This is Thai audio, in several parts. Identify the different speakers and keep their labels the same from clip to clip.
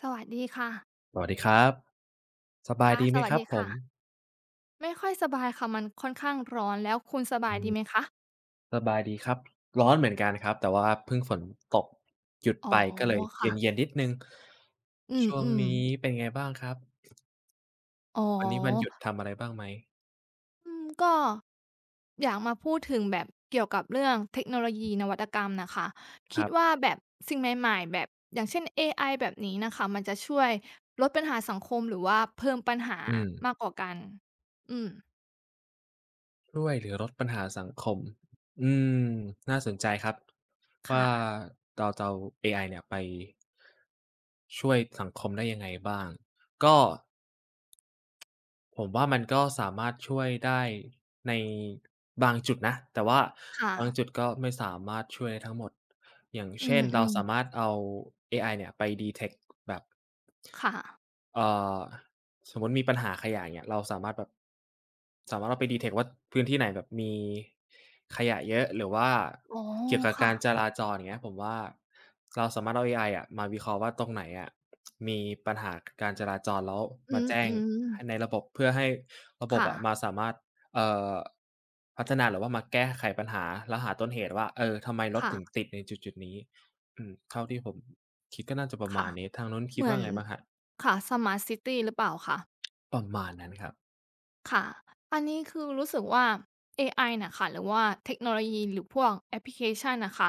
Speaker 1: สวัสดีค่ะ
Speaker 2: สวัสดีครับสบาย
Speaker 1: ค่ะ
Speaker 2: ดี
Speaker 1: ส
Speaker 2: ไหม
Speaker 1: วั
Speaker 2: ค
Speaker 1: ส
Speaker 2: รับ
Speaker 1: ดี
Speaker 2: ผ
Speaker 1: ค่ะ
Speaker 2: ม
Speaker 1: ไม่ค่อยสบายค่ะมันค่อนข้างร้อนแล้วคุณสบา
Speaker 2: อื
Speaker 1: ยดีไหม
Speaker 2: ม
Speaker 1: คะ
Speaker 2: สบายดีครับร้อนเหมือนกันครับแต่ว่าเพิ่งฝนตกหยุด
Speaker 1: อ๋อ
Speaker 2: ไปก็เลยเ
Speaker 1: ค่ะ
Speaker 2: ย็นๆนิดหนึ่ง
Speaker 1: อื
Speaker 2: ช่วง
Speaker 1: ม
Speaker 2: นี้
Speaker 1: ๆ
Speaker 2: เป็นไงบ้างครับ
Speaker 1: อ๋อ
Speaker 2: วันนี้วันหยุดทำอะไรบ้างไหม
Speaker 1: อืมก็อยากมาพูดถึงแบบเกี่ยวกับเรื่องเทคโนโลยีนวัตกรรมน่ะค่ะ
Speaker 2: ค
Speaker 1: คิด
Speaker 2: รั
Speaker 1: ว่า
Speaker 2: บ
Speaker 1: แบบสิ่งใหม่ๆแบบอย่างเช่นเอไอแบบนี้น่ะค่ะมันจะช่วยลดปัญหาสังคมหรือว่าเพิ่มปัญหา
Speaker 2: อืม
Speaker 1: มากกว่ากันอืม
Speaker 2: ช่วยเหลือลดปัญหาสังคมอืมน่าสนใจครับ
Speaker 1: ค่ะ
Speaker 2: ว่าเราจะเอาเอไอเนี่ยไปช่วยสังคมได้ยังไงบ้างก็ ผมว่ามันก็สามารถช่วยได้ในบางจุดนะแต่ว่า
Speaker 1: ค่ะ
Speaker 2: บางจุดก็ไม่สามารถช่วยได้ทั้งหมดอย่าง
Speaker 1: อื
Speaker 2: เช่นเรา
Speaker 1: ม
Speaker 2: สามาร
Speaker 1: ๆ
Speaker 2: ถเอาเอไอเนี่ยไป detect แบบ
Speaker 1: ค่ะ
Speaker 2: เอ่อ สมมุติมีปัญหาขยะอย่างเงี้ยเราสามารถแบบสามารถเราไป detect ว่าพื้นที่ไหนแบบมีขยะเยอะหรือว่า
Speaker 1: อ๋อ
Speaker 2: เกี่ยวกับ
Speaker 1: ค่ะ
Speaker 2: การจราจรอย่างเงี้ยผมว่าเราสามารถเอาเอไออะมาวิเคราะห์ว่าตรงไหนอะมีปัญหาการจราจรแล้ว
Speaker 1: อื
Speaker 2: มาแจ้ง
Speaker 1: ม
Speaker 2: ให้ใน
Speaker 1: ๆ
Speaker 2: ระบบเพื่อให้ระบบ
Speaker 1: ค่ะ
Speaker 2: อะมาสามารถเอ่อพัฒนาหรือว่ามาแก้ไขปัญหาแล้วหาต้นเหตุว่าเออทำไมรถถึง
Speaker 1: ค่ะ
Speaker 2: ติดในจุดๆนี้อืมเท่าที่ผมคิดก็น่าจะประ
Speaker 1: ค่ะ
Speaker 2: มาณนี้ทางนู้นคิ
Speaker 1: เห
Speaker 2: ด
Speaker 1: มือ
Speaker 2: ว่า
Speaker 1: น
Speaker 2: ไงบ้างครับ
Speaker 1: ค่ะ สมาร์ตซิตีหรือเปล่าคะ
Speaker 2: ประมาณนั้นครับ
Speaker 1: ค่ะอันนี้คือรู้สึกว่าเอไอน่ะค่ะหรือว่าเทคโนโลยีหรือพวกแอปพลิเคชันน่ะค่ะ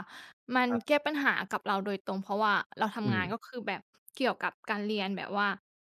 Speaker 1: มัน
Speaker 2: ครั
Speaker 1: แก้
Speaker 2: บ
Speaker 1: ปัญหากับเราโดยตรงเพราะว่าเราทำ
Speaker 2: อื
Speaker 1: งานก็
Speaker 2: ม
Speaker 1: คือแบบเกี่ยวกับการเรียนแบบว่า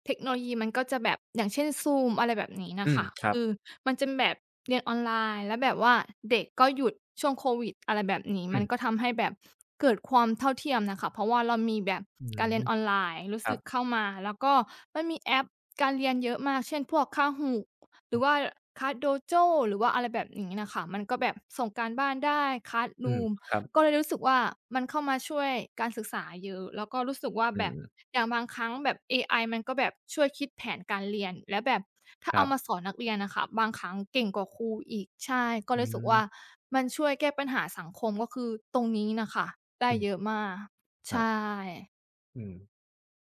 Speaker 1: เทคโนโลยีมันก็จะแบบอย่างเช่น Zoom อะไรแบบนี้น่ะ
Speaker 2: อืม
Speaker 1: ค่ะ
Speaker 2: ครับ
Speaker 1: คือมันจะแบบเรียนออนไลน์แล้วแบบว่าเด็กก็หยุดช่วงโควิดอะไรแบบนี้
Speaker 2: อื
Speaker 1: มัน
Speaker 2: ม
Speaker 1: ก็ทำให้แบบเกิดความเท่าเทียมน่ะค่ะเพราะว่าเรามีแบบ
Speaker 2: อื
Speaker 1: การเรี
Speaker 2: ม
Speaker 1: ยนออนไลน์รู้
Speaker 2: ครั
Speaker 1: สึก
Speaker 2: บ
Speaker 1: เข้ามาแล้วก็มันมีแอปการเรียนเยอะมากเช่นพวก Kahoot หรือว่าคั a โดโจหรือว่าอะไรแบบนี้น่ะค่ะมันก็แบบส่งการบ้านได้คั a s
Speaker 2: อื
Speaker 1: ู
Speaker 2: ม
Speaker 1: ม
Speaker 2: ครับ
Speaker 1: ก็เลยรู้สึกว่ามันเข้ามาช่วยการศึกษาเยอะแล้วก็รู้สึกว่า
Speaker 2: อื
Speaker 1: แบบ
Speaker 2: ม
Speaker 1: อย่างบางครั้งแบบเอไอมันก็แบบช่วยคิดแผนการเรียนและแบบถ้า
Speaker 2: ค
Speaker 1: เอา
Speaker 2: รั
Speaker 1: มาส
Speaker 2: บ
Speaker 1: อนนักเรียนน่ะค่ะบางครั้งเก่งกว่าครูอีกใช่ก็เล
Speaker 2: อื
Speaker 1: ยรู้สึกว่า
Speaker 2: ม
Speaker 1: มันช่วยแก้ปัญหาสังคมก็คือตรงนี้น่ะค่ะได้
Speaker 2: อื
Speaker 1: เยอะ
Speaker 2: ม
Speaker 1: มาก
Speaker 2: ครับ
Speaker 1: ใช่
Speaker 2: อืม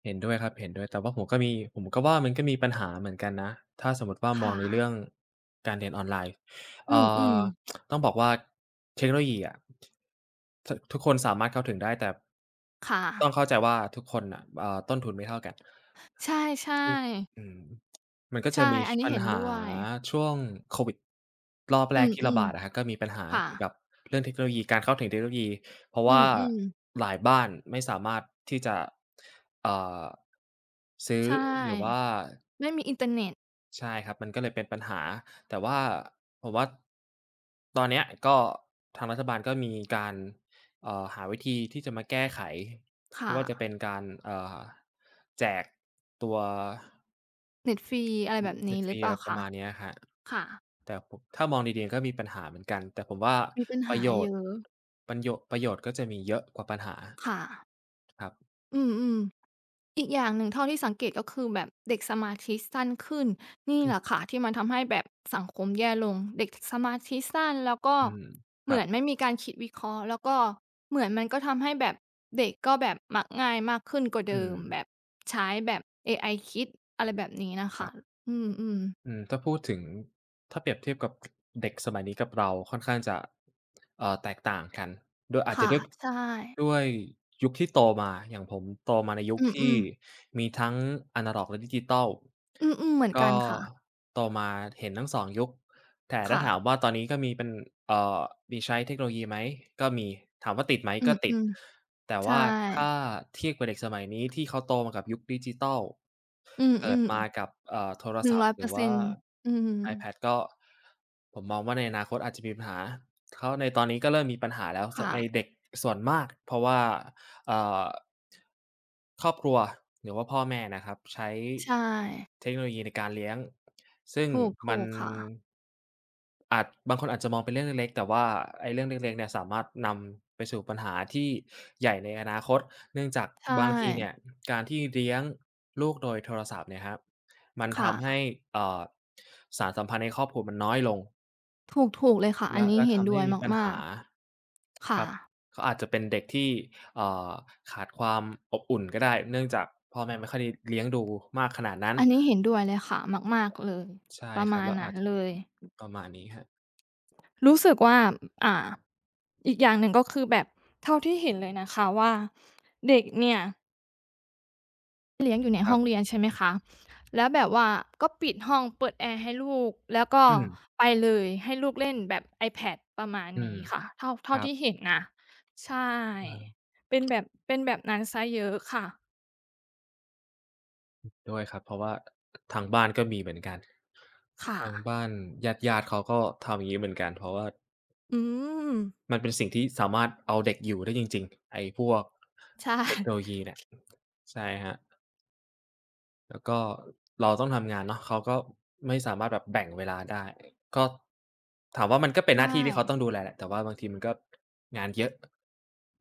Speaker 2: เห็นด้วยครับเห็นด้วยแต่ว่าผมก็มีผมก็ว่ามันก็มีปัญหาเหมือนกันนะ ถ้าสมมุติว่า
Speaker 1: ค
Speaker 2: มองในเรื่อง
Speaker 1: ่ะ
Speaker 2: การเรียนออนไลน์
Speaker 1: อื
Speaker 2: เอ่
Speaker 1: ม
Speaker 2: อ
Speaker 1: ๆ
Speaker 2: ต้องบอกว่าเทคโนโลยีอะททุกคนสามารถเข้าถึงได้ แต่
Speaker 1: ค่ะ
Speaker 2: ต้องเข้าใจว่าทุกคนน่ะต้นทุนไม่เท่ากัน
Speaker 1: ใช่
Speaker 2: ที่
Speaker 1: ๆ
Speaker 2: อืมมันก็จะ
Speaker 1: ใช่
Speaker 2: มี
Speaker 1: อั
Speaker 2: ช
Speaker 1: นนี้
Speaker 2: ปัญ
Speaker 1: เห็น
Speaker 2: หา
Speaker 1: ด้วย
Speaker 2: ช่วงโควิดรอบแร
Speaker 1: อื
Speaker 2: กที่ระ
Speaker 1: ม
Speaker 2: บาดอะครับก็มีปัญหา
Speaker 1: ๆค่ะ
Speaker 2: เกี่ยวกับเรื่องเทคโนโลยีการเข้าถึงเทคโนโลยีเพราะ
Speaker 1: อื
Speaker 2: ว่า
Speaker 1: มๆ
Speaker 2: หลายบ้านไม่สามารถที่จะเอ่อซื้อ
Speaker 1: ใช
Speaker 2: หรือว่า
Speaker 1: ่ไม่มีอินเทอร์เน็ต
Speaker 2: ใช่ครับมันก็เลยเป็นปัญหาแต่ว่าผมว่าตอนเนี้ยก็ทางรัฐบาลก็มีการหาวิธีที่จะมาแก้ไขไม่
Speaker 1: ค่ะ
Speaker 2: ว่าจะเป็นการแจกตัว
Speaker 1: เน็ตฟรีอะไรแบบ
Speaker 2: มัน
Speaker 1: นี้
Speaker 2: จะ
Speaker 1: หรือ
Speaker 2: มี
Speaker 1: เป
Speaker 2: อะ
Speaker 1: ล่า
Speaker 2: ไรประ
Speaker 1: คะ
Speaker 2: มาณเนี้ยครับ
Speaker 1: ค่ะ
Speaker 2: แต่ผมถ้ามองดีๆก็มีปัญหาเหมือนกันแต่ผมว่า
Speaker 1: มีปัญ
Speaker 2: ประ
Speaker 1: หา
Speaker 2: โย
Speaker 1: เย
Speaker 2: ชน์
Speaker 1: อะ
Speaker 2: ประโยชน์ก็จะมีเยอะกว่าปัญหา
Speaker 1: ค่ะ
Speaker 2: ครับ
Speaker 1: อืมๆอีกอย่างหนึ่งเท่าที่สังเกตก็คือแบบเด็กสมาธิสั้นขึ้นนี่
Speaker 2: อื
Speaker 1: แห
Speaker 2: ม
Speaker 1: ละค่ะที่มันทำให้แบบสังคมแย่ลงเด็กสมาธิสั้นแล้วก็
Speaker 2: อืมค
Speaker 1: เห
Speaker 2: รั
Speaker 1: มื
Speaker 2: บ
Speaker 1: อนไม่มีการคิดวิเคราะห์แล้วก็เหมือนมันก็ทำให้แบบเด็กก็แบบมักง่ายมากขึ้นกว่า
Speaker 2: อื
Speaker 1: เดิม
Speaker 2: ม
Speaker 1: แบบใช้แบบเอไอคิดอะไรแบบนี้น่ะ
Speaker 2: ครั
Speaker 1: ค่ะ
Speaker 2: บ
Speaker 1: อืมๆ
Speaker 2: อืมถ้าพูดถึงถ้าเปรียบเทียบกับเด็กสมัยนี้กับเราค่อนข้างจะแตกต่างกันด้วยอาจจะ
Speaker 1: ค่ะ
Speaker 2: ด้วย
Speaker 1: ใช่
Speaker 2: ด้วยยุคที่โตมาอย่างผมโตมาในยุ
Speaker 1: อ
Speaker 2: ค
Speaker 1: ื
Speaker 2: ที่
Speaker 1: มๆ
Speaker 2: มีทั้งอะนาล็อกและดิจิทัล
Speaker 1: อืมๆเหมือนกั
Speaker 2: ก็
Speaker 1: นค่ะ
Speaker 2: โตมาเห็นทั้งสองยุคแต่ถ้าถาม
Speaker 1: ค่ะ
Speaker 2: ว่าตอนนี้ก็มีเป็นเอ่อมีใช้เทคโนโลยีไหมก็มีถามว่าติดไหม
Speaker 1: อื
Speaker 2: ก็ติด
Speaker 1: ม
Speaker 2: แต่
Speaker 1: ๆใช
Speaker 2: ว่าถ้า
Speaker 1: ่
Speaker 2: เทียบกับเด็กสมัยนี้ที่เขาโตมากับยุคดิจิทัล
Speaker 1: อื
Speaker 2: เกิด
Speaker 1: ม
Speaker 2: มากับโทร
Speaker 1: ๆ
Speaker 2: ศัพท์หรือว่า
Speaker 1: 100%อยเปอร์เซ็นต์อืม
Speaker 2: iPad ก็ผมมองว่าในอนาคตอาจจะมีปัญหาเขาในตอนนี้ก็เริ่มมีปัญหาแล้วส
Speaker 1: ค่ะ
Speaker 2: ในเด็กส่วนมากเพราะว่าเอ่อครอบครัวหรือว่าพ่อแม่นะครับใช้
Speaker 1: ใช่
Speaker 2: เทคโนโลยีในการเลี้ยง ซึ่ง
Speaker 1: ถูก
Speaker 2: มั
Speaker 1: ถู
Speaker 2: น
Speaker 1: กค่ะ
Speaker 2: อาจบางคนอาจจะมองเป็นเรื่องเล็กๆแต่ว่าไอ้เรื่องเล็กๆเนี่ยสามารถนำไปสู่ปัญหาที่ใหญ่ในอนาคตเนื่องจาก
Speaker 1: ใช่
Speaker 2: บางทีเนี่ยการที่เลี้ยงลูกโดยโทรศัพท์เนี่ยครับมันทำให้
Speaker 1: ค่ะ
Speaker 2: เอ่อสานสัมพันธ์ในครอบครัวมันน้อยลง
Speaker 1: ถูกๆเลยค่ะอัน
Speaker 2: แล้ว
Speaker 1: นี้
Speaker 2: แล้ว
Speaker 1: เห็น
Speaker 2: ทำ
Speaker 1: ด้ว
Speaker 2: ให้
Speaker 1: ย
Speaker 2: มีปัญ
Speaker 1: มาก
Speaker 2: หา
Speaker 1: ๆ
Speaker 2: ค
Speaker 1: ค่ะ
Speaker 2: รับเขาอาจจะเป็นเด็กที่เอ่อขาดความอบอุ่นก็ได้เนื่องจากพ่อแม่ไม่ค่อยได้เลี้ยงดูมากขนาดนั้น
Speaker 1: อันนี้เห็นด้วยเลยค่ะมากๆเลย
Speaker 2: ใช่
Speaker 1: ประ
Speaker 2: ครับ
Speaker 1: มาณ
Speaker 2: แล้วอา
Speaker 1: นั้น
Speaker 2: จ
Speaker 1: เลย
Speaker 2: ประมาณนี้ครับ
Speaker 1: รู้สึกว่าอ่าอีกอย่างหนึ่งก็คือแบบเท่าที่เห็นเลยนะคะว่าเด็กเนี่ย เลี้ยงอยู่ใน
Speaker 2: ค
Speaker 1: ห้
Speaker 2: รั
Speaker 1: องเรีย
Speaker 2: บ
Speaker 1: นใช่ไหมคะแล้วแบบว่าก็ปิดห้องเปิดแอร์ให้ลูกแล้วก็
Speaker 2: อืม
Speaker 1: ไปเลยให้ลูกเล่นแบบ iPad ประมาณ
Speaker 2: อืม
Speaker 1: นี้ค่ะเท่า
Speaker 2: ค
Speaker 1: เท่า
Speaker 2: รับ
Speaker 1: ที่เห็นนะใช่
Speaker 2: อา
Speaker 1: เป็นแบบเป็นแบบนั้นเสียเยอะค่ะ
Speaker 2: ด้วยครับเพราะว่าทางบ้านก็มีเหมือนกัน
Speaker 1: ค่ะ
Speaker 2: ทางบ้านญาติๆเขาก็ทำอย่างงี้เหมือนกันเพราะว่า
Speaker 1: อืม
Speaker 2: มันเป็นสิ่งที่สามารถเอาเด็กอยู่ได้จริงๆไอ้พวก
Speaker 1: ใช่
Speaker 2: เทคโนโลยีเนี่ยใช่ครับ แล้วก็เราต้องทำงานเนาะเขาก็ไม่สามารถแบบแบ่งเวลาได้ก็ถามว่ามันก็
Speaker 1: ใช
Speaker 2: เป็นหน้าที่ที่เขา
Speaker 1: ่
Speaker 2: ต้องดูแลแหละแต่ว่าบางทีมันก็งานเยอะ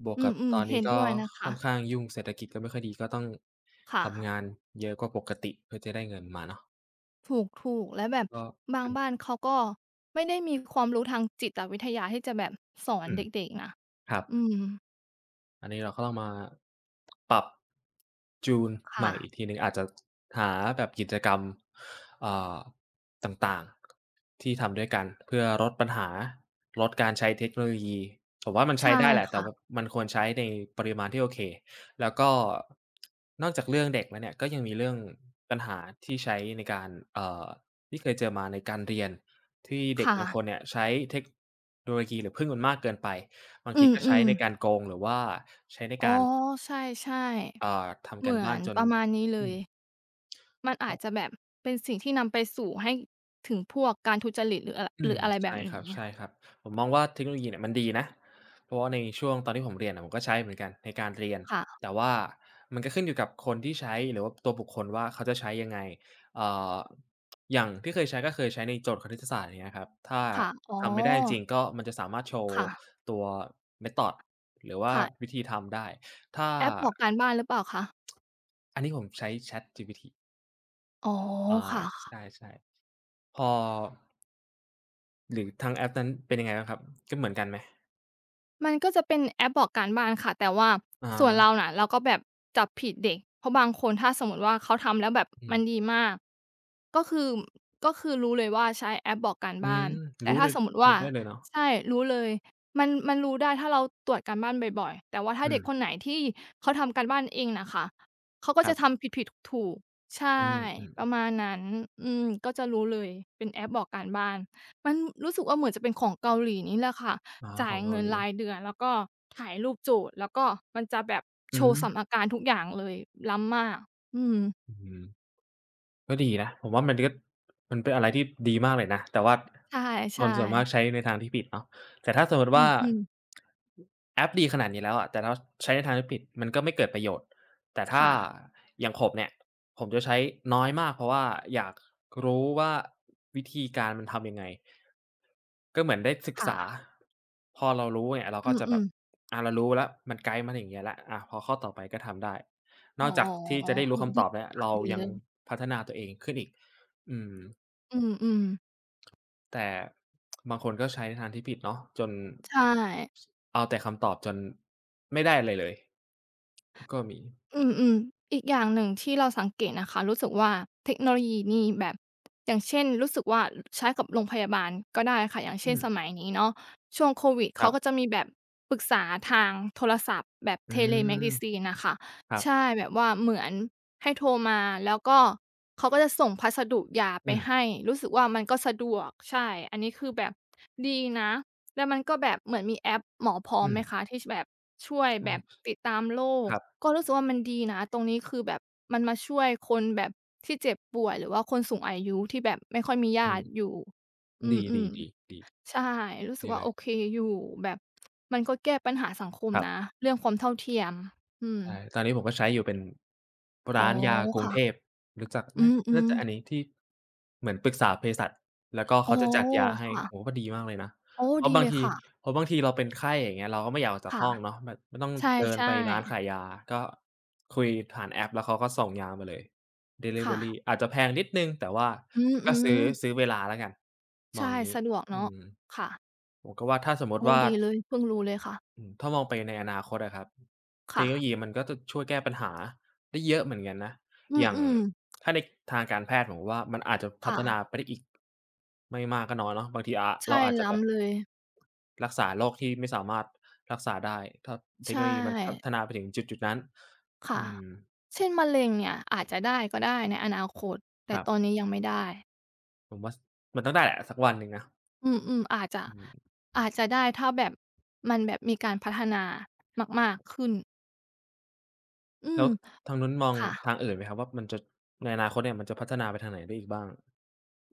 Speaker 2: บวก
Speaker 1: อื
Speaker 2: กับ
Speaker 1: ม
Speaker 2: ตอน
Speaker 1: ๆ
Speaker 2: นี้
Speaker 1: เห็น
Speaker 2: ก็
Speaker 1: ด้วยนะ
Speaker 2: ค่
Speaker 1: คะ
Speaker 2: อนข้างยุ่งเศรษฐกิจก็ไม่ค่อยดีก็ต้องทำงา
Speaker 1: ค่ะ
Speaker 2: นเยอะกว่าปกติเพื่อจะได้เงินมาเนาะ
Speaker 1: ถูกๆแล้วแบบ
Speaker 2: ก็
Speaker 1: บาง
Speaker 2: อืม
Speaker 1: บ้านเขาก็ไม่ได้มีความรู้ทางจิตวิทยาที่จะแบบสอน
Speaker 2: อื
Speaker 1: เ
Speaker 2: ม
Speaker 1: ด็กๆนะ
Speaker 2: ครับ
Speaker 1: อืม
Speaker 2: อันนี้เราก็ต้องมาปรับจูนให
Speaker 1: ค่ะ
Speaker 2: ม่อีกทีหนึ่งอาจจะหาแบบกิจกรรมอ่าต่างๆที่ทำด้วยกันเพื่อลดปัญหาลดการใช้เทคโนโลยีผมว่ามันใช้
Speaker 1: ใช่
Speaker 2: ได้แหละแต่
Speaker 1: ค่ะ
Speaker 2: ว่ามันควรใช้ในปริมาณที่โอเคแล้วก็นอกจากเรื่องเด็กแล้วเนี่ยก็ยังมีเรื่องปัญหาที่ใช้ในการที่เคยเจอมาในการเรียนที่เด็ก
Speaker 1: ค่ะ
Speaker 2: บางคนเนี่ยใช้เทคโนโลยีหรือพึ่งมันมากเกินไป บาง
Speaker 1: อื
Speaker 2: ที
Speaker 1: ม
Speaker 2: ก็
Speaker 1: อื
Speaker 2: ใช้
Speaker 1: ม
Speaker 2: ในการโกงหรือว่าใช้ใน
Speaker 1: อ๋อ
Speaker 2: การ
Speaker 1: ใช่ๆเห
Speaker 2: ทำ
Speaker 1: มื
Speaker 2: การ
Speaker 1: อ
Speaker 2: บ้า
Speaker 1: น
Speaker 2: นจ
Speaker 1: ป
Speaker 2: น
Speaker 1: ระมาณนี้เล
Speaker 2: อื
Speaker 1: ย
Speaker 2: ม
Speaker 1: มันอา
Speaker 2: ก็
Speaker 1: จจะแบบเป็นสิ่งที่นำไปสู่ให้ถึงพวกการทุจริตหรืออะไรห
Speaker 2: อื
Speaker 1: รือ
Speaker 2: ม
Speaker 1: อะไรแบบ
Speaker 2: ใช่คร
Speaker 1: นี้
Speaker 2: ับๆผมมองว่าเทคโนโลยีเนี่ยมันดีนะเพราะว่าในช่วงตอนที่ผมเรียนอะผมก็ใช้เหมือนกันในการเรียน
Speaker 1: ค่ะ
Speaker 2: แต่ว่ามันก็ขึ้นอยู่กับคนที่ใช้หรือว่าตัวบุคคลว่าเขาจะใช้ยังไงเอ่ออย่างที่เคยใช้ก็เคยใช้ในโจทย์คณิตศาสตร์อย่างเงี้ยครับถ้า
Speaker 1: ค่ะอ๋อ
Speaker 2: ทำไม่ได้จริงๆก็มันจะสามารถโชว์
Speaker 1: ค่ะ
Speaker 2: ตัว Method หรือว่าวิ
Speaker 1: ค่ะ
Speaker 2: ธีทำได้ถ้า
Speaker 1: แอปบอกการบ้านหรือเปล่าคะ
Speaker 2: อันนี้ผมใช้ ChatGPT
Speaker 1: อ๋อ
Speaker 2: อา
Speaker 1: ค่ะ
Speaker 2: ใช่ๆพอหรือทางแอปนั้นเป็นยังไงบ้างครับก็เหมือนกันไหม
Speaker 1: มันก็จะเป็นแอปบอกการบ้านค่ะแต่ว่า
Speaker 2: อะ
Speaker 1: ส่วนเรา
Speaker 2: ฮะ
Speaker 1: น่ะเราก็แบบจับผิดเด็กเพราะบางคนถ้าสมมติว่าเขาทำแล้วแบบ
Speaker 2: อื
Speaker 1: มั
Speaker 2: ม
Speaker 1: นดีมากก็คือก็คือรู้เลยว่าใช้แอปบอกการ
Speaker 2: อื
Speaker 1: บ้า
Speaker 2: ม
Speaker 1: นแต่
Speaker 2: รู้
Speaker 1: ถ้า
Speaker 2: เลย
Speaker 1: สมมติว่า
Speaker 2: รู้ได้เลยเนาะ
Speaker 1: ใช่รู้เลยมันมันรู้ได้ถ้าเราตรวจการบ้านบ่อยๆแต่ว่าถ้า
Speaker 2: อื
Speaker 1: เด็
Speaker 2: ม
Speaker 1: กคนไหนที่เขาทำการบ้านเองน่ะค่ะเขาก็
Speaker 2: ค
Speaker 1: จะ
Speaker 2: รับ
Speaker 1: ทำผิดๆถูกๆ
Speaker 2: อื
Speaker 1: ใช่ประ
Speaker 2: ม
Speaker 1: มาณนั้นอืมก็จะรู้เลยเป็นแอปบอกการบ้านมันรู้สึกว่าเหมือนจะเป็นของเกาหลีนี่แหละค่ะ
Speaker 2: ๆอ๋อข
Speaker 1: จ่าย
Speaker 2: องเกา
Speaker 1: เงิน
Speaker 2: หลี
Speaker 1: รายเดือนแล้วก็ถ่ายรูปจูบแล้วก็มันจะแบบ
Speaker 2: อื
Speaker 1: โช
Speaker 2: ม
Speaker 1: ว์สัมอาการทุกอย่างเลยล้ำมากอืม
Speaker 2: อืมก็ดีนะผมว่ามันก็มันเป็นอะไรที่ดีมากเลยนะแต่ว่าค
Speaker 1: ใช่
Speaker 2: นส่วนมาก
Speaker 1: ๆ
Speaker 2: ใช้ในทางที่ผิดเนาะแต่ถ้าสมมุติ
Speaker 1: อ
Speaker 2: ว่า
Speaker 1: ืมๆ
Speaker 2: แอปดีขนาดนี้แล้วอะแต่เราใช้ในทางที่ผิดมันก็ไม่เกิดประโยชน์ แต่ถ้า
Speaker 1: ค่ะ
Speaker 2: อย่างผมเนี่ยผมจะใช้น้อยมากเพราะว่าอยากรู้ว่าวิธีการมันทำยังไงก็เหมือนได้ศึกษา
Speaker 1: ค่ะ
Speaker 2: พอเรารู้เนี่ยเราก็จะ
Speaker 1: อื
Speaker 2: แบ
Speaker 1: ม
Speaker 2: บ
Speaker 1: ๆ
Speaker 2: เรารู้แล้วมันไกด์มาอย่างเงี้ยแล้วพอข้อต่อไปก็ทำได้น
Speaker 1: อ๋อ
Speaker 2: อกจากที่จะได้
Speaker 1: เออ
Speaker 2: รู้คำ
Speaker 1: ดี
Speaker 2: ตอบแล้ว
Speaker 1: ค่ะ
Speaker 2: เรา
Speaker 1: ดี
Speaker 2: ยั
Speaker 1: เล
Speaker 2: ง
Speaker 1: ย
Speaker 2: พัฒนาตัวเองขึ้นอีกอืม
Speaker 1: อืมๆ
Speaker 2: แต่บางคนก็ใช้ในทางที่ผิดเนาะจน
Speaker 1: ใช่
Speaker 2: สเอาแต่คำตอบจนไม่ได้อะไรเลยก็มี
Speaker 1: อืมๆอีกอย่างหนึ่งที่เราสังเกตนะคะรู้สึกว่าเทคโนโลยีนี่แบบอย่างเช่นรู้สึกว่าใช้กับโรงพยาบาลก็ได้ค่ะอย่าง
Speaker 2: อื
Speaker 1: เช่น
Speaker 2: ม
Speaker 1: สมัยนี้เนาะช่วงโควิด
Speaker 2: ค
Speaker 1: เขา
Speaker 2: รับ
Speaker 1: ก็จะมีแบบปรึกษาทางโทรศัพท์แบบ
Speaker 2: อืม
Speaker 1: Telemedicine น่ะค่ะ
Speaker 2: ครับ
Speaker 1: ใช่แบบว่าเหมือนให้โทรมาแล้วก็เขาก็จะส่งพัสดุยาไป
Speaker 2: อืม
Speaker 1: ให้รู้สึกว่ามันก็สะดวกใช่อันนี้คือแบบดีนะ แล้วมันก็แบบเหมือนมีแอปหมอพร้อม
Speaker 2: อื
Speaker 1: ไหม
Speaker 2: ม
Speaker 1: คะที่แบบช่วยแบบ
Speaker 2: ใช่
Speaker 1: ติดตามโรค
Speaker 2: ครับ
Speaker 1: ก็รู้สึกว่ามันดีนะตรงนี้คือแบบมันมาช่วยคนแบบที่เจ็บป่วยหรือว่าคนสูงอายุที่แบบไม่ค่อยมี
Speaker 2: อื
Speaker 1: ญา
Speaker 2: ม
Speaker 1: ติอยู่อ
Speaker 2: ดี
Speaker 1: ืม
Speaker 2: ๆๆดี
Speaker 1: ๆใช่รู้สึก
Speaker 2: ดี
Speaker 1: ว่า
Speaker 2: เล
Speaker 1: โอ
Speaker 2: ย
Speaker 1: เคอยู่แบบมันก็แก้ปัญหาสังคม
Speaker 2: ครั
Speaker 1: นะ
Speaker 2: บ
Speaker 1: เรื่องความเท่าเทียมอืม
Speaker 2: ใช่ตอนนี้ผมก็ใช้อยู่เป็น
Speaker 1: อ๋อ
Speaker 2: ร้านยากรุงเท
Speaker 1: ค่ะ
Speaker 2: พรู้จัก
Speaker 1: อื
Speaker 2: น่าน่า
Speaker 1: ม
Speaker 2: จะอั
Speaker 1: ๆ
Speaker 2: นนี้ที่เหมือนปรึกษาเภสัชแล้วก็
Speaker 1: อ๋
Speaker 2: เขา
Speaker 1: อ
Speaker 2: จะจัดยาให้
Speaker 1: ค่ะ
Speaker 2: โอ้โฮก็ดีมากเลยนะ
Speaker 1: โอ้
Speaker 2: เพราะ
Speaker 1: ดี
Speaker 2: บา
Speaker 1: เล
Speaker 2: ง
Speaker 1: ย
Speaker 2: ที
Speaker 1: ค่ะ
Speaker 2: เพราะบางทีเราเป็นไข้อย่างเงี้ยเราก็ไม่อยากออกจาก
Speaker 1: ค่ะ
Speaker 2: ห้องเนาะแบบไม่ต้อง
Speaker 1: ใช
Speaker 2: เดิน
Speaker 1: ่
Speaker 2: ไปร้านขาย
Speaker 1: ๆ
Speaker 2: ยาก็คุยผ่านแอปแล้วเขาก็ส่งยามาเลยดิลิเวอ
Speaker 1: ค่ะ
Speaker 2: รีอาจจะแพงนิดหนึ่งแต่ว่า
Speaker 1: อ
Speaker 2: ก็
Speaker 1: ือๆ
Speaker 2: ซื้อเวลาแล้วกันมอง
Speaker 1: ใช่
Speaker 2: งี้
Speaker 1: สะดวก
Speaker 2: อื
Speaker 1: เนาะ
Speaker 2: ม
Speaker 1: ค่ะ
Speaker 2: ผมก็ว่าถ้าสมมุติ
Speaker 1: โอ้
Speaker 2: ว่า
Speaker 1: ดีเลยเพิ่งรู้เลยค่ะ
Speaker 2: อืมถ้ามองไปในอนาคตอะครับเท
Speaker 1: ค่ะ
Speaker 2: คโนโลยีมันก็จะช่วยแก้ปัญหาได้เยอะเหมือนกันนะ
Speaker 1: อื
Speaker 2: อย่าง
Speaker 1: มๆ
Speaker 2: ถ้าในทางการแพทย์ผมว่ามันอาจจะพั
Speaker 1: ค่ะ
Speaker 2: ฒนาไปได้อีกไม่มากก็น้อยเนาะบางทีเรา
Speaker 1: ใช่
Speaker 2: อาจจะแบบ
Speaker 1: ล้ำเลย
Speaker 2: รักษาโรคที่ไม่สามารถรักษาได้ถ้าเท
Speaker 1: ใช
Speaker 2: คโนโลยีมันพัฒ
Speaker 1: ่
Speaker 2: นาไปถึงจุดๆนั้น
Speaker 1: ค่ะ
Speaker 2: อืม
Speaker 1: เช่นมะเร็งเนี่ยอาจจะได้ก็ได้ในอนาคต
Speaker 2: ค
Speaker 1: แต่
Speaker 2: รั
Speaker 1: ตอน
Speaker 2: บ
Speaker 1: นี้ยังไม่ได้
Speaker 2: ผมว่าสมันต้องได้แหละสักวันหนึ่งนะ
Speaker 1: อืมๆอาจจะ
Speaker 2: อืม
Speaker 1: อาจจะได้ถ้าแบบมันแบบมีการพัฒนามากๆขึ้นอื
Speaker 2: แล้
Speaker 1: ม
Speaker 2: วทางนู้นมอง
Speaker 1: ค่ะ
Speaker 2: ทางอื่นไหมครับว่ามันจะในอนาคตเนี่ยมันจะพัฒนาไปทางไหนได้อีกบ้าง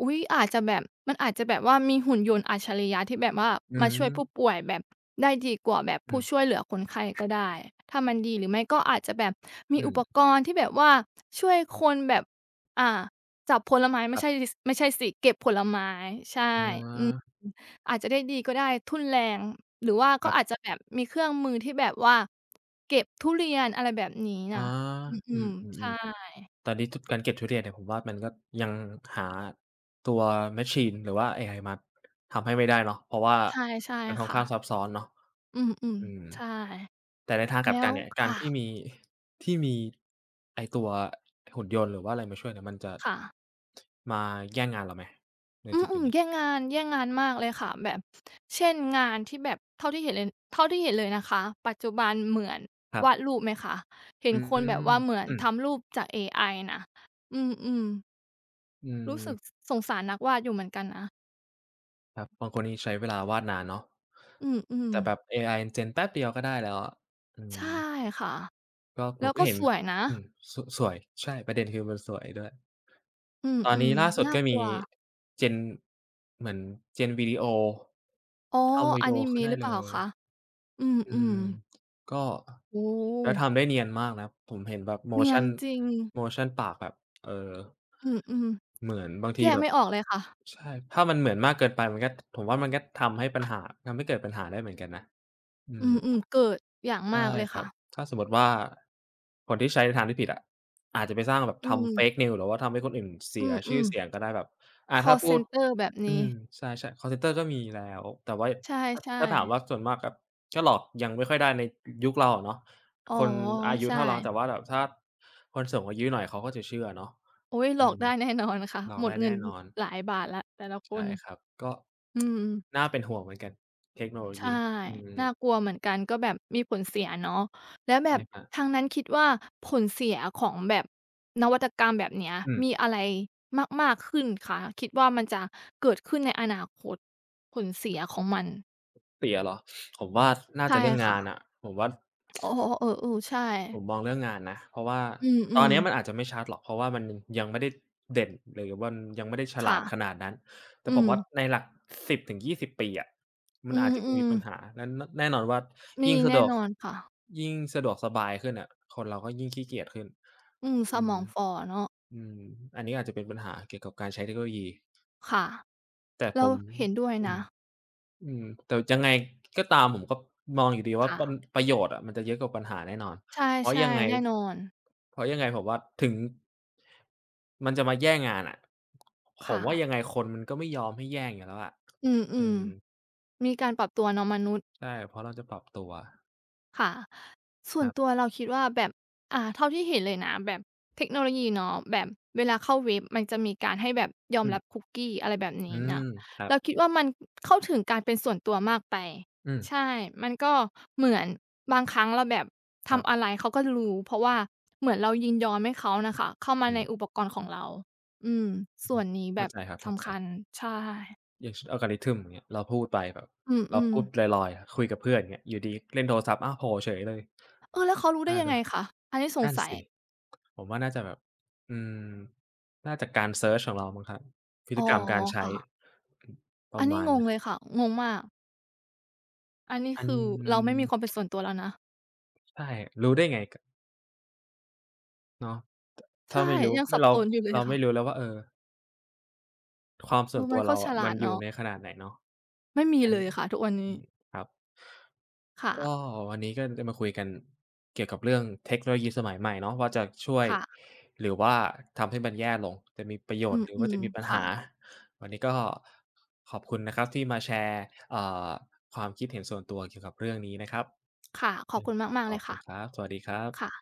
Speaker 1: อุ๊ยอาจจะแบบมันอาจจะแบบว่ามีหุ่นยนต์อัจฉริยะที่แบบว่า
Speaker 2: อื
Speaker 1: มาช่วย
Speaker 2: ม
Speaker 1: ผู้ป่วยแบบได้ดีกว่าแบบ
Speaker 2: อื
Speaker 1: ผู้
Speaker 2: ม
Speaker 1: ช่วยเหลือคนไข้ก็ได้ถ้ามันดีหรือไม่ก็อาจจะแบบมี
Speaker 2: อื
Speaker 1: อุป
Speaker 2: ม
Speaker 1: กรณ์ที่แบบว่าช่วยคนแบบอ่าจับผลไม้
Speaker 2: ค
Speaker 1: ไม่
Speaker 2: รั
Speaker 1: ใช่
Speaker 2: บ
Speaker 1: สไม่ใช่สิเก็บผลไม้ใช่
Speaker 2: อ
Speaker 1: อืม
Speaker 2: า
Speaker 1: อาจจะได้ดีก็ได้ทุ่นแรงหรือว่า
Speaker 2: ค
Speaker 1: ก็
Speaker 2: รั
Speaker 1: อาจจะ
Speaker 2: บ
Speaker 1: แบบมีเครื่องมือที่แบบว่าเก็บทุเรียนอะไรแบบนี้
Speaker 2: อ๋อ
Speaker 1: น่ะอื
Speaker 2: อื
Speaker 1: มๆใช่
Speaker 2: มๆๆตอนนี้ตการเก็บทุเรียนเนี่ยผมว่ามันก็ยังหาตัวแมชชีนหรือว่าเอไอมาทำให้ไม่ได้เนาะเพราะว่า
Speaker 1: ใช่ใช่
Speaker 2: มันค่อน
Speaker 1: ค่ะ
Speaker 2: ข้างซับซ้อนเนาะ
Speaker 1: อืม
Speaker 2: อืม
Speaker 1: ๆใช่
Speaker 2: แต่ในทางก
Speaker 1: แล้
Speaker 2: ลับกั
Speaker 1: ว
Speaker 2: นเนี่ยการ
Speaker 1: ค่ะ
Speaker 2: ที่มีที่มีไอ้ตัวหุ่นยนต์หรือว่าอะไรมาช่วยเนี่ยมันจะ
Speaker 1: ค่ะ
Speaker 2: มาแย่งงานเราไหมใน
Speaker 1: อื
Speaker 2: จุด
Speaker 1: ม
Speaker 2: ๆ
Speaker 1: ๆ
Speaker 2: นี้
Speaker 1: แย่งงานแย่งงานมากเลยค่ะแบบเช่นงานที่แบบเท่าที่เห็นเลยเท่าที่เห็นเลยนะคะปัจจุบันเหมือน
Speaker 2: ครั
Speaker 1: วาด
Speaker 2: บ
Speaker 1: รูปไหมคะเห็น
Speaker 2: อื
Speaker 1: คนแบบ
Speaker 2: ม
Speaker 1: ว่าเหมือน
Speaker 2: อือ
Speaker 1: ทำรูปจากเอไอนะอืม
Speaker 2: อื
Speaker 1: ๆรู้
Speaker 2: ม
Speaker 1: สึกสสงสารนักวาดอยู่เหมือนกันนะ
Speaker 2: ครับบางคนนี่ใช้เวลาวาดนานเนาะ
Speaker 1: อืม
Speaker 2: แต่แบบ
Speaker 1: ๆ
Speaker 2: เอไอมันเจนแป๊บเดียวก็ได้แล้วอะอื
Speaker 1: ใช่
Speaker 2: ม
Speaker 1: ค่ะ
Speaker 2: ก็ผ
Speaker 1: แล้
Speaker 2: ม
Speaker 1: ว
Speaker 2: ก็
Speaker 1: ก็
Speaker 2: เห็น
Speaker 1: สวยนะ
Speaker 2: อืมสสวยใช่ประเด็นคือมันสวยด้วย
Speaker 1: อื
Speaker 2: ตอนนี้
Speaker 1: ม
Speaker 2: ล่าสุ
Speaker 1: ๆ
Speaker 2: ด
Speaker 1: น่า
Speaker 2: ก็
Speaker 1: กลั
Speaker 2: มี
Speaker 1: ว
Speaker 2: Gen เหมือน Gen วิดีโอ
Speaker 1: อ๋อ
Speaker 2: ทำวิ
Speaker 1: อา
Speaker 2: ดีโอ
Speaker 1: นิ
Speaker 2: ขึ้น
Speaker 1: เมะห
Speaker 2: ได้
Speaker 1: รือเป
Speaker 2: เล
Speaker 1: ล่า
Speaker 2: ย
Speaker 1: คะอ
Speaker 2: อื
Speaker 1: ืม
Speaker 2: ม
Speaker 1: ๆ
Speaker 2: ก็
Speaker 1: โอ้โ
Speaker 2: แล้ว
Speaker 1: ฮ
Speaker 2: ทำได้เนียนมากนะผมเห็นแบบ
Speaker 1: เนียน
Speaker 2: motion
Speaker 1: จริง
Speaker 2: motion ปากแบบเออ
Speaker 1: อืม
Speaker 2: เหมือนบาง
Speaker 1: ๆแย
Speaker 2: ที
Speaker 1: ก
Speaker 2: แบบ
Speaker 1: ไม่ออกเลยค่ะ
Speaker 2: ใช่ ถ้ามันเหมือนมากเกินไปมันก็ผมว่ามันก็ทำให้เกิดปัญหาได้เหมือนกันนะอื
Speaker 1: อื
Speaker 2: ม
Speaker 1: มๆเกิดอย่าง
Speaker 2: ใช่
Speaker 1: มากเลย
Speaker 2: ครั
Speaker 1: ค่ะ
Speaker 2: บ ถ้าสมมุติว่าคนที่ใช้ในทางที่ผิดอะอาจจะไปสร้างแบบ
Speaker 1: อื
Speaker 2: ทำ
Speaker 1: ม
Speaker 2: Fake News หรือว่าทำให้คนอื่น
Speaker 1: อ
Speaker 2: เสีย
Speaker 1: ื
Speaker 2: ชื่อ
Speaker 1: ม
Speaker 2: เสี
Speaker 1: ๆ
Speaker 2: ยงก็ได้แบบอ่า
Speaker 1: คอ
Speaker 2: ถ้า
Speaker 1: ลเซ
Speaker 2: พูด
Speaker 1: นเตอร์แบบ
Speaker 2: อื
Speaker 1: นี้
Speaker 2: ม ใช่ๆคอลเซนเตอร์ก็มีแล้ว แต่ว่า
Speaker 1: ใช
Speaker 2: ถ้า
Speaker 1: ่
Speaker 2: ถ้าถามว่า
Speaker 1: ๆ
Speaker 2: ส่วนมากแบบก็หลอกยังไม่ค่อยได้ในยุคเราอะเนาะ
Speaker 1: อ๋อ
Speaker 2: คนอายุ
Speaker 1: ใช่
Speaker 2: เท่าเราแต่ว่าแบบถ้าคนสูงอายุหน่อยเขาก็จะเชื่อเนาะ
Speaker 1: อุ๊ยหล
Speaker 2: อื
Speaker 1: อก
Speaker 2: ม
Speaker 1: ได้แน่นอนค่ะ
Speaker 2: หลอ
Speaker 1: ห
Speaker 2: ก
Speaker 1: มด
Speaker 2: ได้
Speaker 1: เงิ
Speaker 2: แน่
Speaker 1: น
Speaker 2: นอน
Speaker 1: หลายบาทแล้วแต่ละค
Speaker 2: ใช่
Speaker 1: น
Speaker 2: ครับก็
Speaker 1: อืม
Speaker 2: น่าเป็นห่วงเหมือนกันเทคโนโล
Speaker 1: ใช่
Speaker 2: ยีอืม
Speaker 1: น่ากลัวเหมือนกันก็แบบมีผลเสียเนาะแล้วแบ
Speaker 2: ใช่
Speaker 1: บ
Speaker 2: ครับ
Speaker 1: ทางนั้นคิดว่าผลเสียของแบบนวัตกรรมแบบเนี้ย
Speaker 2: อืม
Speaker 1: มีอะไรมากๆขึ้นคะคิดว่ามันจะเกิดขึ้นในอนาคตผลเสียของมัน
Speaker 2: เตี๋ยเหรอผมว่าน่า
Speaker 1: ใช่
Speaker 2: จะเรื่อง
Speaker 1: ค่ะ
Speaker 2: งานอะผมว่า
Speaker 1: อ๋อๆเออๆใช่
Speaker 2: ผมมองเรื่องงานนะเพราะว่า
Speaker 1: อื
Speaker 2: ตอน
Speaker 1: ม
Speaker 2: เนี้ยมันอา
Speaker 1: ๆ
Speaker 2: จจะไม่ชัดหรอกเพราะว่ามันยังไม่ได้เด่นหรือว่ายังไม่ได้ฉลา
Speaker 1: ค่ะ
Speaker 2: ดขนาดนั้นแต่
Speaker 1: อื
Speaker 2: ผม
Speaker 1: ม
Speaker 2: ว่าในหลักสิบถึงยี่สิบปีอะมัน
Speaker 1: อื
Speaker 2: อาจจะมี
Speaker 1: ม
Speaker 2: ปัญหาและแน่นอนว่า
Speaker 1: ๆมี
Speaker 2: ยิ่งสะด
Speaker 1: แน่
Speaker 2: ว
Speaker 1: น
Speaker 2: ก
Speaker 1: อนค่ะ
Speaker 2: ยิ่งสะดวกสบายขึ้นอะคนเราก็ยิ่งขี้เกียจขึ้น
Speaker 1: อืมส
Speaker 2: อื
Speaker 1: ม
Speaker 2: ม
Speaker 1: องฝ่อเนาะ
Speaker 2: อืมอันนี้อาจจะเป็นปัญหาเกี่ยวกับการใช้เทคโนโลยี
Speaker 1: ค่ะ
Speaker 2: แต่ผ
Speaker 1: เรา
Speaker 2: ม
Speaker 1: เห็นด้วย
Speaker 2: อื
Speaker 1: นะ
Speaker 2: มอืมแต่ยังไงก็ตามผมก็มองอยู่ดีว่า
Speaker 1: ค่ะ
Speaker 2: ปประโยชน์อะมันจะเยอะกว่าปัญหาแน่นอน
Speaker 1: ใช
Speaker 2: เพราะยั
Speaker 1: ่
Speaker 2: งไง
Speaker 1: ๆแน่นอน
Speaker 2: เพราะยังไงผมว่าถึงมันจะมาแย่งงานอะผม
Speaker 1: ค่ะ
Speaker 2: ว่ายังไงคนมันก็ไม่ยอมให้แย่งอยู่แล้วอะ
Speaker 1: อื
Speaker 2: อื
Speaker 1: ม
Speaker 2: ม
Speaker 1: ๆมีการปรับตัวเนาะมนุษย์
Speaker 2: ใช่เพราะเราจะปรับตัว
Speaker 1: ค่ะส่
Speaker 2: ค
Speaker 1: วน
Speaker 2: รั
Speaker 1: ตัว
Speaker 2: บ
Speaker 1: เราคิดว่าแบบเท่าที่เห็นเลยนะแบบเทคโนโลยีเนาะแบบเวลาเข้าเว็บมันจะมีการให้แบบยอม
Speaker 2: อืม
Speaker 1: รับคุกกี้อะไรแบบ
Speaker 2: อื
Speaker 1: นี้นะ
Speaker 2: มครับ
Speaker 1: เราคิดว่ามันเข้าถึงการเป็นส่วนตัวมากไป
Speaker 2: อืม
Speaker 1: ใช่มันก็เหมือนบางครั้งเราแบบ
Speaker 2: ครั
Speaker 1: ทำอะ
Speaker 2: บ
Speaker 1: ไรเขาก็รู้เพราะว่าเหมือนเรายินยอมให้เขาน่ะค่ะเข้ามา
Speaker 2: อื
Speaker 1: ใน
Speaker 2: ม
Speaker 1: อุปกรณ์ของเราอืม
Speaker 2: อื
Speaker 1: ส่ว
Speaker 2: ม
Speaker 1: นนี้แบ
Speaker 2: เข้า
Speaker 1: บ
Speaker 2: ใจครับเข้าใจ
Speaker 1: สำคัญใช่
Speaker 2: อย่างalgorithm อย่างเงี้ยเราพูดไปแบบ
Speaker 1: อื
Speaker 2: เรา
Speaker 1: ม
Speaker 2: พูด
Speaker 1: ๆ
Speaker 2: ลอยๆคุยกับเพื่อนอย่างเงี้ยอยู่ดีเล่นโทรศัพท์อ้าวโผล่เฉยเลย
Speaker 1: เออแล้วเขารู้ได้
Speaker 2: อา
Speaker 1: ยั
Speaker 2: โด
Speaker 1: งไง
Speaker 2: น
Speaker 1: คะอันนี้สง
Speaker 2: นั่น
Speaker 1: สัย
Speaker 2: สิ ผมว่าน่าจะแบบ อืม น่าจะกการเซิร์ชของเรามั้งครับพฤ
Speaker 1: อ๋อ
Speaker 2: ติกรรมการใช้
Speaker 1: ค่ะ
Speaker 2: อืมป
Speaker 1: อั
Speaker 2: ระ
Speaker 1: นนี้
Speaker 2: มาณ
Speaker 1: งง
Speaker 2: นั้
Speaker 1: เล
Speaker 2: น
Speaker 1: ยค่ะ งงมาก อันนี้
Speaker 2: อัน
Speaker 1: คือเราไม่มีความเป็นส่วนตัวแล้วนะ
Speaker 2: ใช่ รู้ได้ไงกเนาะถ
Speaker 1: ใช่
Speaker 2: ถ้าไม่รู้
Speaker 1: ยังสั
Speaker 2: ไม่
Speaker 1: บ
Speaker 2: เรา
Speaker 1: สนอยู่เลย
Speaker 2: เราไม่รู้
Speaker 1: ค่ะ
Speaker 2: แล้วว่าเออ ความ
Speaker 1: เอ
Speaker 2: ส่ว
Speaker 1: อ
Speaker 2: น
Speaker 1: มั
Speaker 2: ตัว
Speaker 1: นก็
Speaker 2: เรา
Speaker 1: ฉ
Speaker 2: อะ
Speaker 1: ลา
Speaker 2: มั
Speaker 1: ด
Speaker 2: นอยู่
Speaker 1: เนาะ
Speaker 2: ในขนาดไหนเนาะ
Speaker 1: ไม่มี
Speaker 2: อัน
Speaker 1: เล
Speaker 2: นี้
Speaker 1: ยค่ะทุกวัน
Speaker 2: อื
Speaker 1: นี้
Speaker 2: มครับ
Speaker 1: ค่ะ
Speaker 2: ก็วันนี้ก็จะมาคุยกันเกี่ยวกับเรื่องเทคโนโลยีสมัยใหม่เนาะว่าจะช่วย
Speaker 1: ค่ะ
Speaker 2: หรือว่าทำให้มันแย่ลงจะมีประโย
Speaker 1: อื
Speaker 2: ชน์หรือว่า
Speaker 1: ม
Speaker 2: จะมีปัญ
Speaker 1: ๆค่ะ
Speaker 2: หาวันนี้ก็ขอบคุณนะครับที่มาแชร์เอ่อความคิดเห็นส่วนตัวเกี่ยวกับเรื่องนี้นะครับ
Speaker 1: ค่ะขอบ
Speaker 2: ยัง
Speaker 1: คุ
Speaker 2: ไง
Speaker 1: ณมากๆ
Speaker 2: ข
Speaker 1: เล
Speaker 2: อ
Speaker 1: ย
Speaker 2: บคุ
Speaker 1: ค่ะ
Speaker 2: ณครับสวัสดีครั
Speaker 1: ค่ะ
Speaker 2: บ